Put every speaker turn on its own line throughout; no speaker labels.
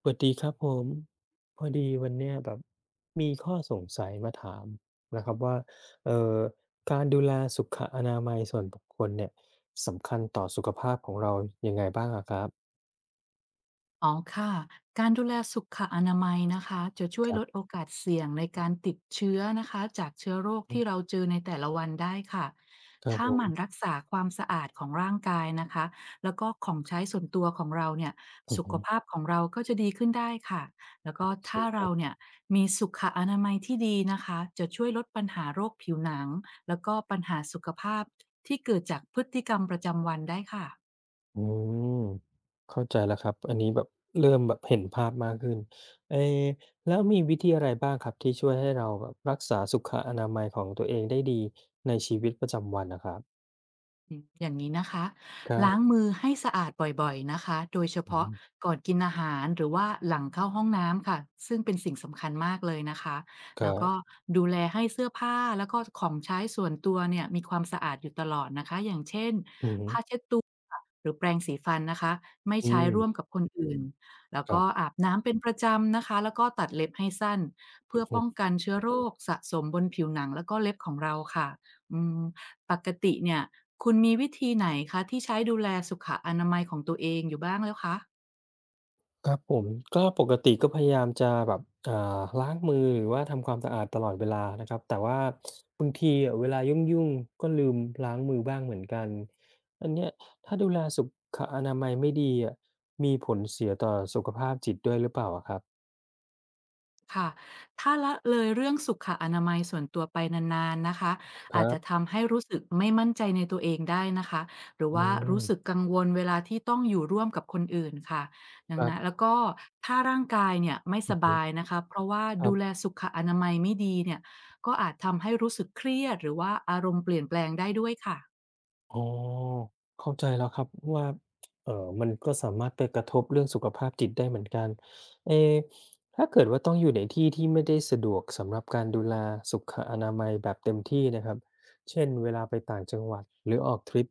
สวัสดีครับผมพอดีวันเนี้ยแบบมีข้อสงสัยมาถามนะครับว่าเอ่อการดูแลสุขอนามัยส่วนบุคคลเนี่ยสำคัญต่อสุขภาพของเรายังไงบ้างอะครับ
อ๋อค่ะการดูแลสุขอนามัยนะคะจะช่ว
ค
ย
รั
ลดโอ
บ
กาสเสี่ยงในการติดเชื้อนะคะจากเชื้อโรคที่เราเจอในแต่ละวันได้ค่ะ
ครับ
ถ้า
ผ
หมั่นรั
ม
กษาความสะอาดของร่างกายนะคะแล้วก็ของใช้ส่วนตัวของเราเนี่ย
อือ
สุข
ฮึ
ภาพของเราก็จะดีขึ้นได้ค่ะแล้ว
โอ
ก็
เค
ถ้า
ค
เรา
รั
เนี่
บ
ยมีสุขอนามัยที่ดีนะคะจะช่วยลดปัญหาโรคผิวหนังแล้วก็ปัญหาสุขภาพที่เกิดจากพฤติกรรมประจำวันได้ค่ะ
อืมเข้าใจแล้วครับอันนี้แบบเริ่มแบบเห็นภาพมากขึ้นเออแล้วมีวิธีอะไรบ้างครับที่ช่วยให้เราแบบรักษาสุขอนามัยของตัวเองได้ดีในชีวิตประจำวันนะครับ
อืมอย่างนี้นะคะ
ครั
ล้าง
บ
มือให้สะอาดบ่อยๆนะคะโดยเฉ
อื
พาะ
ม
ก่อนกินอาหารหรือว่าหลังเข้าห้องน้ำค่ะซึ่งเป็นสิ่งสำคัญมากเลยนะคะ
ค
แล้ว
รั
ก็
บ
ดูแลให้เสื้อผ้าแล้วก็ของใช้ส่วนตัวเนี่ยมีความสะอาดอยู่ตลอดนะคะอย่างเช่น
อื
ผ้า
ม
เช็ดตัวหรือแปรงสีฟันนะคะไม่
อื
ใช้
ม
ร่วมกับคนอื่นแล้ว
ครั
ก็
บ
อาบน้ำเป็นประจำนะคะแล้วก็ตัดเล็บให้สั้น
ผ
เพื่อป้อง
ม
กันเชื้อโรคสะสมบนผิวหนังแล้วก็เล็บของเราค่ะอืม ปกติเนี่ยคุณมีวิธีไหนคะที่ใช้ดูแลสุขอนามัยของตัวเองอยู่บ้างแล้วคะ
ครับผมก็ปกติก็พยายามจะแบบอ่าล้างมือหรือว่าทำความสะอาดตลอดเวลานะครับแต่ว่าบางทีอะเวลายุ่งๆก็ลืมล้างมือบ้างเหมือนกันอันเนี้ยถ้าดูแลสุขอนามัยไม่ดีอะมีผลเสียต่อสุขภาพจิตด้วยหรือเปล่าอะครับ
ค่ะถ้าละเลยเรื่องสุขอนามัยส่วนตัวไปนานๆนะคะ
ค
อา
รั
จจะ
บ
ทำให้รู้สึกไม่มั่นใจในตัวเองได้นะคะหรือ
อื
ว่า
ม
รู้สึกกังวลเวลาที่ต้องอยู่ร่วมกับคนอื่นค่ะดั
ค
ง
รั
นั้น
บ
แล้วก็ถ้าร่างกายเนี่ยไม่ส
อือฮึ
บายนะคะเพราะว่า
ครั
ดูแล
บ
สุขอนามัยไม่ดีเนี่ยก็อาจทำให้รู้สึกเครียดหรือว่าอารมณ์เปลี่ยนแปลงได้ด้วยค่ะ
อ๋อเข้าใจแล้วครับว่ามันก็สามารถไปกระทบเรื่องสุขภาพจิตได้เหมือนกันเอ๊ถ้าเกิดว่าต้องอยู่ในที่ที่ไม่ได้สะดวกสำหรับการดูแลสุขอนามัยแบบเต็มที่นะครับ เช่นเวลาไปต่างจังหวัดหรือออกทริป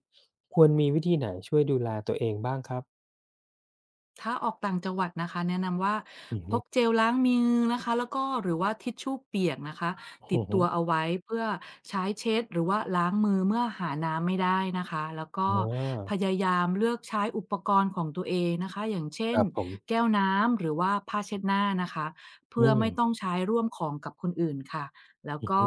ควรมีวิธีไหนช่วยดูแลตัวเองบ้างครับ
ถ้าออกต่างจังหวัดนะคะแนะนำว่า
อือ
พ
ฮึ
กเจลล้างมือนะคะแล้วก็หรือว่าทิชชู่เปียกนะคะติ
อื
ด
อฮึ
ตัวเอาไว้เพื่อใช้เช็ดหรือว่าล้างมือเมื่อหาน้ำไม่ได้นะคะแล้วก็
อ
พ
า
ยายามเลือกใช้อุปกรณ์ของตัวเองนะคะอย่างเช่
ค
น
รับผม
แก้วน้ำหรือว่าผ้าเช็ดหน้านะคะเพื่
อื
อ
ม
ไม่ต้องใช้ร่วมของกับคนอื่นค่ะแล้ว
อือ
ก็
ฮึ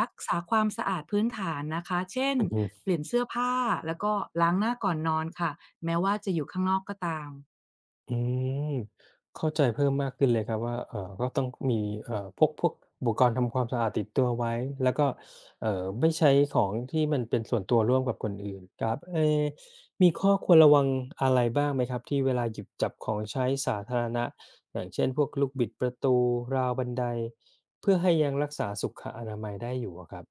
รักษาความสะอาดพื้นฐานนะคะเช่น
อือฮึ
เปลี่ยนเสื้อผ้าแล้วก็ล้างหน้าก่อนนอนค่ะแม้ว่าจะอยู่ข้างนอกก็ตาม
อืมเข้าใจเพิ่มมากขึ้นเลยครับว่าก็ต้องมีพกพวกอุปกรณ์ทำความสะอาดติดตัวไว้แล้วก็ไม่ใช้ของที่มันเป็นส่วนตัวร่วมกับคนอื่นครับเอมีข้อควรระวังอะไรบ้างไหมครับที่เวลาหยิบจับของใช้สาธารณะอย่างเช่นพวกลูกบิดประตูราวบันไดเพื่อให้ยังรักษาสุขอนามัยได้อยู่อะครับ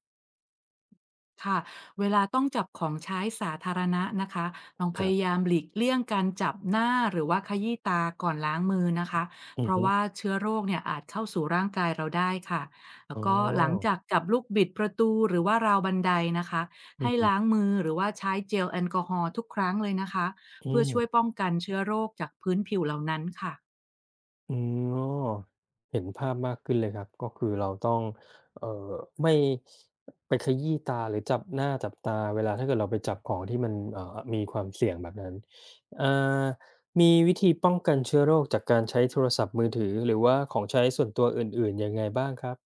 ค่ะเวลาต้องจับของใช้สาธารณะนะคะลอง
ค
พ
รั
ยา
บ
ยามหลีกเลี่ยงการจับหน้าหรือว่าขยี้ตาก่อนล้างมือนะคะ
อื
เพ
อ
ราะ
ฮึ
ว่าเชื้อโรคเนี่ยอาจเข้าสู่ร่างกายเราได้ค่ะแล้
อ๋
ว
อ
ก็หลังจากจับลูกบิดประตูหรือว่าราวบันไดนะคะ
อือ
ให้
ฮึ
ล้างมือหรือว่าใช้เจลแอลกอฮอล์ทุกครั้งเลยนะคะ
อื
เพื่อช่วย
ม
ป้องกันเชื้อโรคจากพื้นผิวเหล่านั้นค่ะ
อืมออเห็นภาพมากขึ้นเลยครับก็คือเราต้องเอ่อไม่ไปขยี้ตาหรือจับหน้าจับตาเวลาถ้าเกิดเราไปจับของที่มันมีความเสี่ยงแบบนั้นอ่ามีวิธีป้องกันเชื้อโรคจากการใช้โทรศัพท์มือถือหรือว่าของใช้ส่วนตัวอื่นๆยังไงบ้างครับ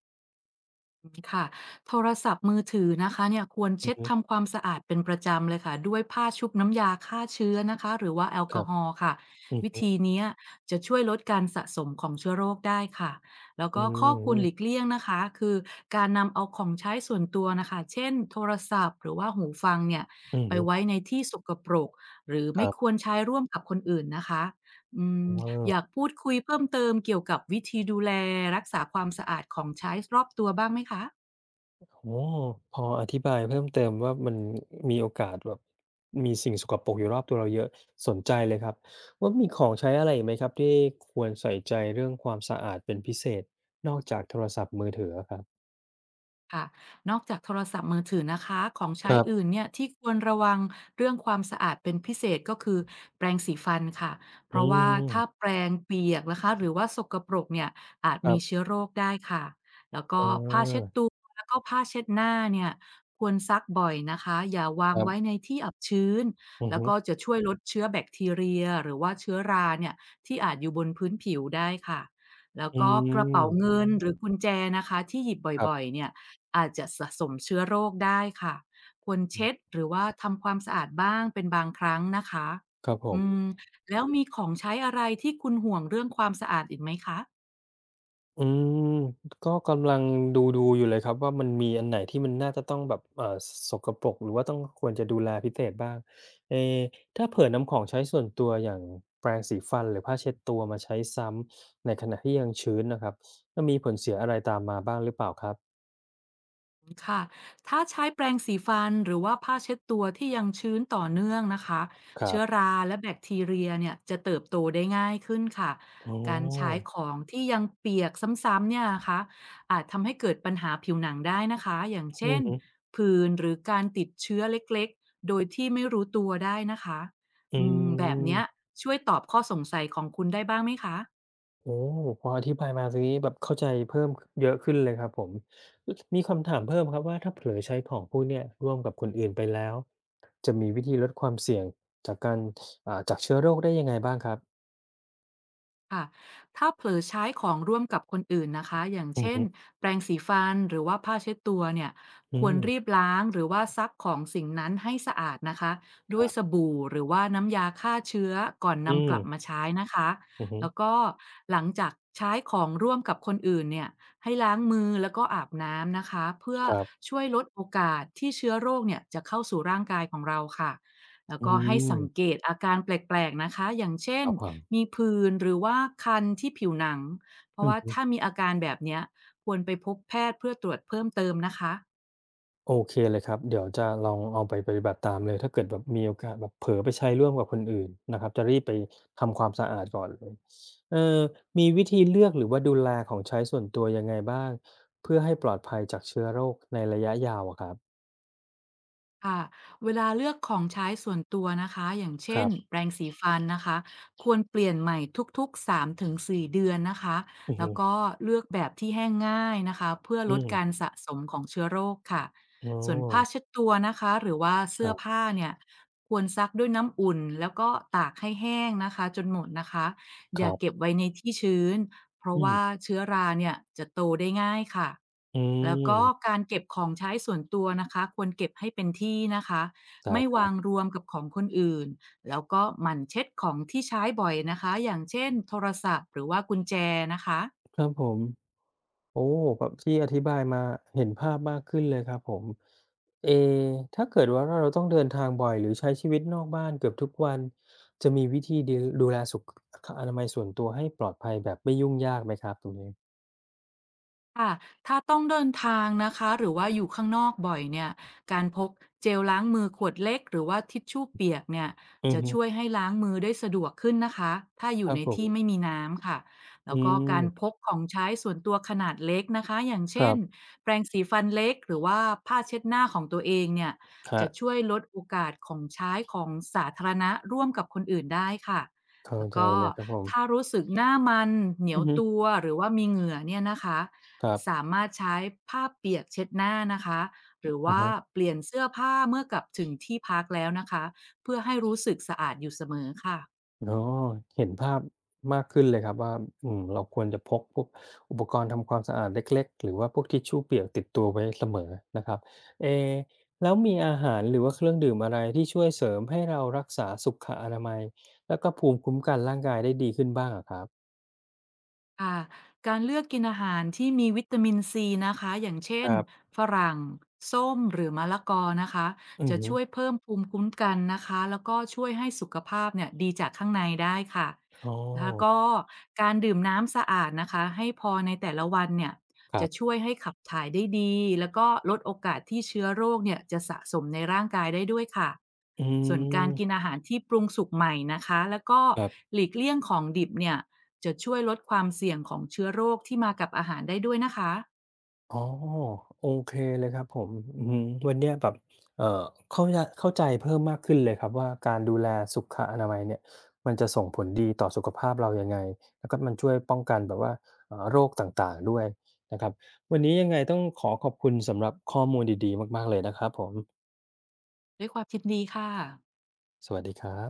อืมค่ะโทรศัพท์มือถือนะคะเนี่ยควร
อือ
เช็ด
ฮึ
ทำความสะอาดเป็นประจำเลยค่ะด้วยผ้าชุบน้ำยาฆ่าเชื้อนะคะหรือว่าแอล
ค
กอ
รับ
ฮอล์ค่ะ
อือ
วิ
ฮึ
ธีเนี้ยจะช่วยลดการสะสมของเชื้อโรคได้ค่ะแล้ว
อื
ก็ข้อควรหลีก
ม
เลี่ยงนะคะคือการนำเอาของใช้ส่วนตัวนะคะเช่นโทรศัพท์หรือว่าหูฟังเนี่ย
อื
ไป
ม
ไว้ในที่สกปรกหรือ
ค
ไม่
รั
คว
บ
รใช้ร่วมกับคนอื่นนะคะอืม อ
ออ
ยากพูดคุยเพิ่มเติมเกี่ยวกับวิธีดูแลรักษาความสะอาดของใช้รอบตัวบ้างไหมคะ
โอ้พออธิบายเพิ่มเติมว่ามันมีโอกาสแบบมีสิ่งสกปรกอยู่รอบตัวเราเยอะสนใจเลยครับว่ามีของใช้อะไรอีกไหมครับที่ควรใส่ใจเรื่องความสะอาดเป็นพิเศษนอกจากโทรศัพท์มือถืออะครับ
ค่ะนอกจากโทรศัพท์มือถือนะคะของใช้
ครั
อื่
บ
นเนี่ยที่ควรระวังเรื่องความสะอาดเป็นพิเศษก็คือแปรงสีฟันค่ะเพ
อื
ราะว่า
ม
ถ้าแปรงเปียกนะคะหรือว่าสกปรกเนี่ยอาจ
ครั
มี
บ
เชื้อโรคได้ค่ะแล้ว
เอ
ก็ผ้า
อ
เช็ดตัวแล้วก็ผ้าเช็ดหน้าเนี่ยควรซักบ่อยนะคะอย่าวา
ค
ง
รั
ไว้
บ
ในที่อับชื้น
อือ
แล้ว
ฮึ
ก็จะช่วยลดเชื้อแบคทีเรียหรือว่าเชื้อราเนี่ยที่อาจอยู่บนพื้นผิวได้ค่ะแล้ว
อื
ก็กระเป๋า
ม
เงินหรือกุญแจนะคะที่หยิบ
ครั
บ่อย
บ
ๆเนี่ย อาจจะสะสมเชื้อโรคได้ค่ะ ควร
อื
เช็ด
ม
หรือว่าทำความสะอาดบ้างเป็นบางครั้งนะคะ
ครับผ
อื
ม
ม แล้วมีของใช้อะไรที่คุณห่วงเรื่องความสะอาดอีกไหมคะ
อืมก็กำลังดูอยู่เลยครับว่ามันมีอันไหนที่มันน่าจะต้องแบบสกปรกหรือว่าต้องควรจะดูแลพิเศษบ้างเออถ้าเผื่อน้ำของใช้ส่วนตัวอย่างแปรงสีฟันหรือผ้าเช็ดตัวมาใช้ซ้ำในขณะที่ยังชื้นนะครับจะมีผลเสียอะไรตามมาบ้างหรือเปล่าครับ
ค่ะถ้าใช้แปรงสีฟันหรือว่าผ้าเช็ดตัวที่ยังชื้นต่อเนื่องนะคะ
ครั
เชื้อ
บ
ราและแบคทีเรียเนี่ยจะเติบโตได้ง่ายขึ้นค่ะ
อ๋อ
การใช้ของที่ยังเปียกซ้ำๆเนี่ยนะคะอาจทำให้เกิดปัญหาผิวหนังได้นะคะ อย่าง
อื
เช่น
ม
ผื่นหรือการติดเชื้อเล็กๆ โดยที่ไม่รู้ตัวได้นะคะ
อื
อืมแบบเนี้ย
ม
ช่วยตอบข้อสงสัยของคุณได้บ้างไหมคะ
โอ้พออธิบายมาตรงนี้แบบเข้าใจเพิ่มเยอะขึ้นเลยครับผม มีคำถามเพิ่มครับว่าถ้าเผลอใช้ของพวกเนี่ยร่วมกับคนอื่นไปแล้วจะมีวิธีลดความเสี่ยงจากการจากเชื้อโรคได้ยังไงบ้างครับ
ค่ะถ้าเผลอใช้ของร่วมกับคนอื่นนะคะอย่าง
อืมอ
เช่น
ฮึ
แปรงสีฟันหรือว่าผ้าเช็ดตัวเนี่ย
อื
ควรรี
ม
บล้างหรือว่าซักของสิ่งนั้นให้สะอาดนะคะ
ค
ด้วย
รั
ส
บ
บู่หรือว่าน้ำยาฆ่าเชื้อก่อน
อื
นำ
ม
กลับมาใช้นะคะ
อืม
แล้วก็หลังจากใช้ของร่วมกับคนอื่นเนี่ยให้ล้างมือแล้วก็อาบน้ำนะคะเพื่อ
ครับ
ช่วยลดโอกาสที่เชื้อโรคเนี่ยจะเข้าสู่ร่างกายของเราค่ะแล้ว
อื
ก็ให้
ม
สังเกตอาการแปลกๆนะคะอย่างเช่
ค
น
รับผ
มี
ม
ผื่นหรือว่าคันที่ผิวหนัง เพราะ
อื
ว่าถ้ามีอาการแบบเนี้ยควรไปพบแพทย์เพื่อตรวจเพิ่มเติมนะคะ
โอเคเลยครับเดี๋ยวจะลองเอาไปปฏิบัติตามเลยถ้าเกิดแบบมีโอกาสแบบเผลอไปใช้ร่วมกับคนอื่นนะครับจะรีบไปทำความสะอาดก่อนเลยเอ่อมีวิธีเลือกหรือว่าดูแลของใช้ส่วนตัวยังไงบ้างเพื่อให้ปลอดภัยจากเชื้อโรคในระยะยาวอะครับ
ค่ะเวลาเลือกของใช้ส่วนตัวนะคะอย่าง
ค
เช่
รั
น
บ
แปรงสีฟันนะคะควรเปลี่ยนใหม่ทุกๆสามถึงสี่เดือนนะคะ
อือ
แล้
ฮึ
วก็เลือกแบบที่แห้งง่ายนะคะเพื่อ
อื
ลดการ
ม
สะสมของเชื้อโรคค่ะ
อ๋อ
ส่วนผ้าเช็ดตัวนะคะหรือว่า
ค
เสื้อ
รับ
ผ้าเนี่ยควรซักด้วยน้ำอุ่นแล้วก็ตากให้แห้งนะคะจนหมดนะคะอ
ค
ย่า
รั
เก็
บ
บไว้ในที่ชื้น เพราะ
อื
ว่า
ม
เชื้อราเนี่ยจะโตได้ง่ายค่ะ
อื
แล้วก็
ม
การเก็บของใช้ส่วนตัวนะคะควรเก็บให้เป็นที่นะคะ
ได้
ไม่
ครั
วาง
บ
รวมกับของคนอื่นแล้วก็หมั่นเช็ดของที่ใช้บ่อยนะคะอย่างเช่นโทรศัพท์หรือว่ากุญแจนะคะ
ครับผม โอ้แบบที่อธิบายมาเห็นภาพมากขึ้นเลยครับผมเอถ้าเกิดว่าาเราต้องเดินทางบ่อยหรือใช้ชีวิตนอกบ้านเกือบทุกวันจะมีวิธีดีดูแลสุขอนามัยส่วนตัวให้ปลอดภัยแบบไม่ยุ่งยากไหมครับตรงนี้
ค่ะถ้าต้องเดินทางนะคะหรือว่าอยู่ข้างนอกบ่อยเนี่ยการพกเจลล้างมือขวดเล็กหรือว่าทิชชู่เปียกเนี่ย
อือ
จะ
ฮึ
ช่วยให้ล้างมือได้สะดวกขึ้นนะคะถ้าอ
ค
ยู่
รับ
ใน
ผ
ที่ไม่
ม
มีน้ำค่ะแล้
อื
วก็
ม
การพกของใช้ส่วนตัวขนาดเล็กนะคะอย่าง
ค
เช่
รั
น
บ
แปรงสีฟันเล็กหรือว่าผ้าเช็ดหน้าของตัวเองเนี่ย
ครั
จะ
บ
ช่วยลดโอกาสของใช้ของสาธารณะร่วมกับคนอื่นได้ค่ะ
เข้า
แล้ว
ใจ
ก็
เลยครับผม
ถ้ารู้สึกหน้ามันเหนีย
อื
ว
อฮึ
ตัวหรือว่ามีเหงื่อเนี่ยนะคะ
ครั
สา
บ
มารถใช้ผ้าเปียกเช็ดหน้านะคะหรือ
อะ
ว่า
ฮะ
เปลี่ยนเสื้อผ้าเมื่อกลับถึงที่พักแล้วนะคะเพื่อให้รู้สึกสะอาดอยู่เสมอค่ะ
อ๋อเห็นภาพมากขึ้นเลยครับว่าอืมเราควรจะพกพวกอุปกรณ์ทำความสะอาดเล็กๆหรือว่าพวกทิชชู่เปียกติดตัวไว้เสมอนะครับเอแล้วมีอาหารหรือว่าเครื่องดื่มอะไรที่ช่วยเสริมให้เรารักษาสุขอนามัยแล้วก็ภูมิคุ้มกันร่างกายได้ดีขึ้นบ้างอะครับ
ค่ะการเลือกกินอาหารที่มีวิตามินซีนะคะอย่างเช่
ค
น
รับ
ฝรั่งส้มหรือมะละกอนะคะ
อือ
จะ
ฮึ
ช่วยเพิ่มภูมิคุ้มกันนะคะแล้วก็ช่วยให้สุขภาพเนี่ยดีจากข้างในได้ค่ะ
อ๋อ
แล้วก็การดื่มน้ำสะอาดนะคะให้พอในแต่ละวันเนี่ย
ครั
จะ
บ
ช่วยให้ขับถ่ายได้ดีแล้วก็ลดโอกาสที่เชื้อโรคเนี่ยจะสะสมในร่างกายได้ด้วยค่ะ
อื
ส่วนการกิน
ม
อาหารที่ปรุงสุกใหม่นะคะแล้วก็
ครับ
หลีกเลี่ยงของดิบเนี่ย จะช่วยลดความเสี่ยงของเชื้อโรคที่มากับอาหารได้ด้วยนะคะ
อ๋อโอเคเลยครับผมอือฮึวันเนี้ยแบบเอ่อเข้าใจเพิ่มมากขึ้นเลยครับว่าการดูแลสุขอนามัยเนี่ยมันจะส่งผลดีต่อสุขภาพเรายังไงแล้วก็มันช่วยป้องกันแบบว่าโรคต่างๆด้วยนะครับวันนี้ยังไงต้องขอขอบคุณสำหรับข้อมูลดีๆมากๆเลยนะครับผม
ด้วยความคินดีค่ะ
สวัสดีครับ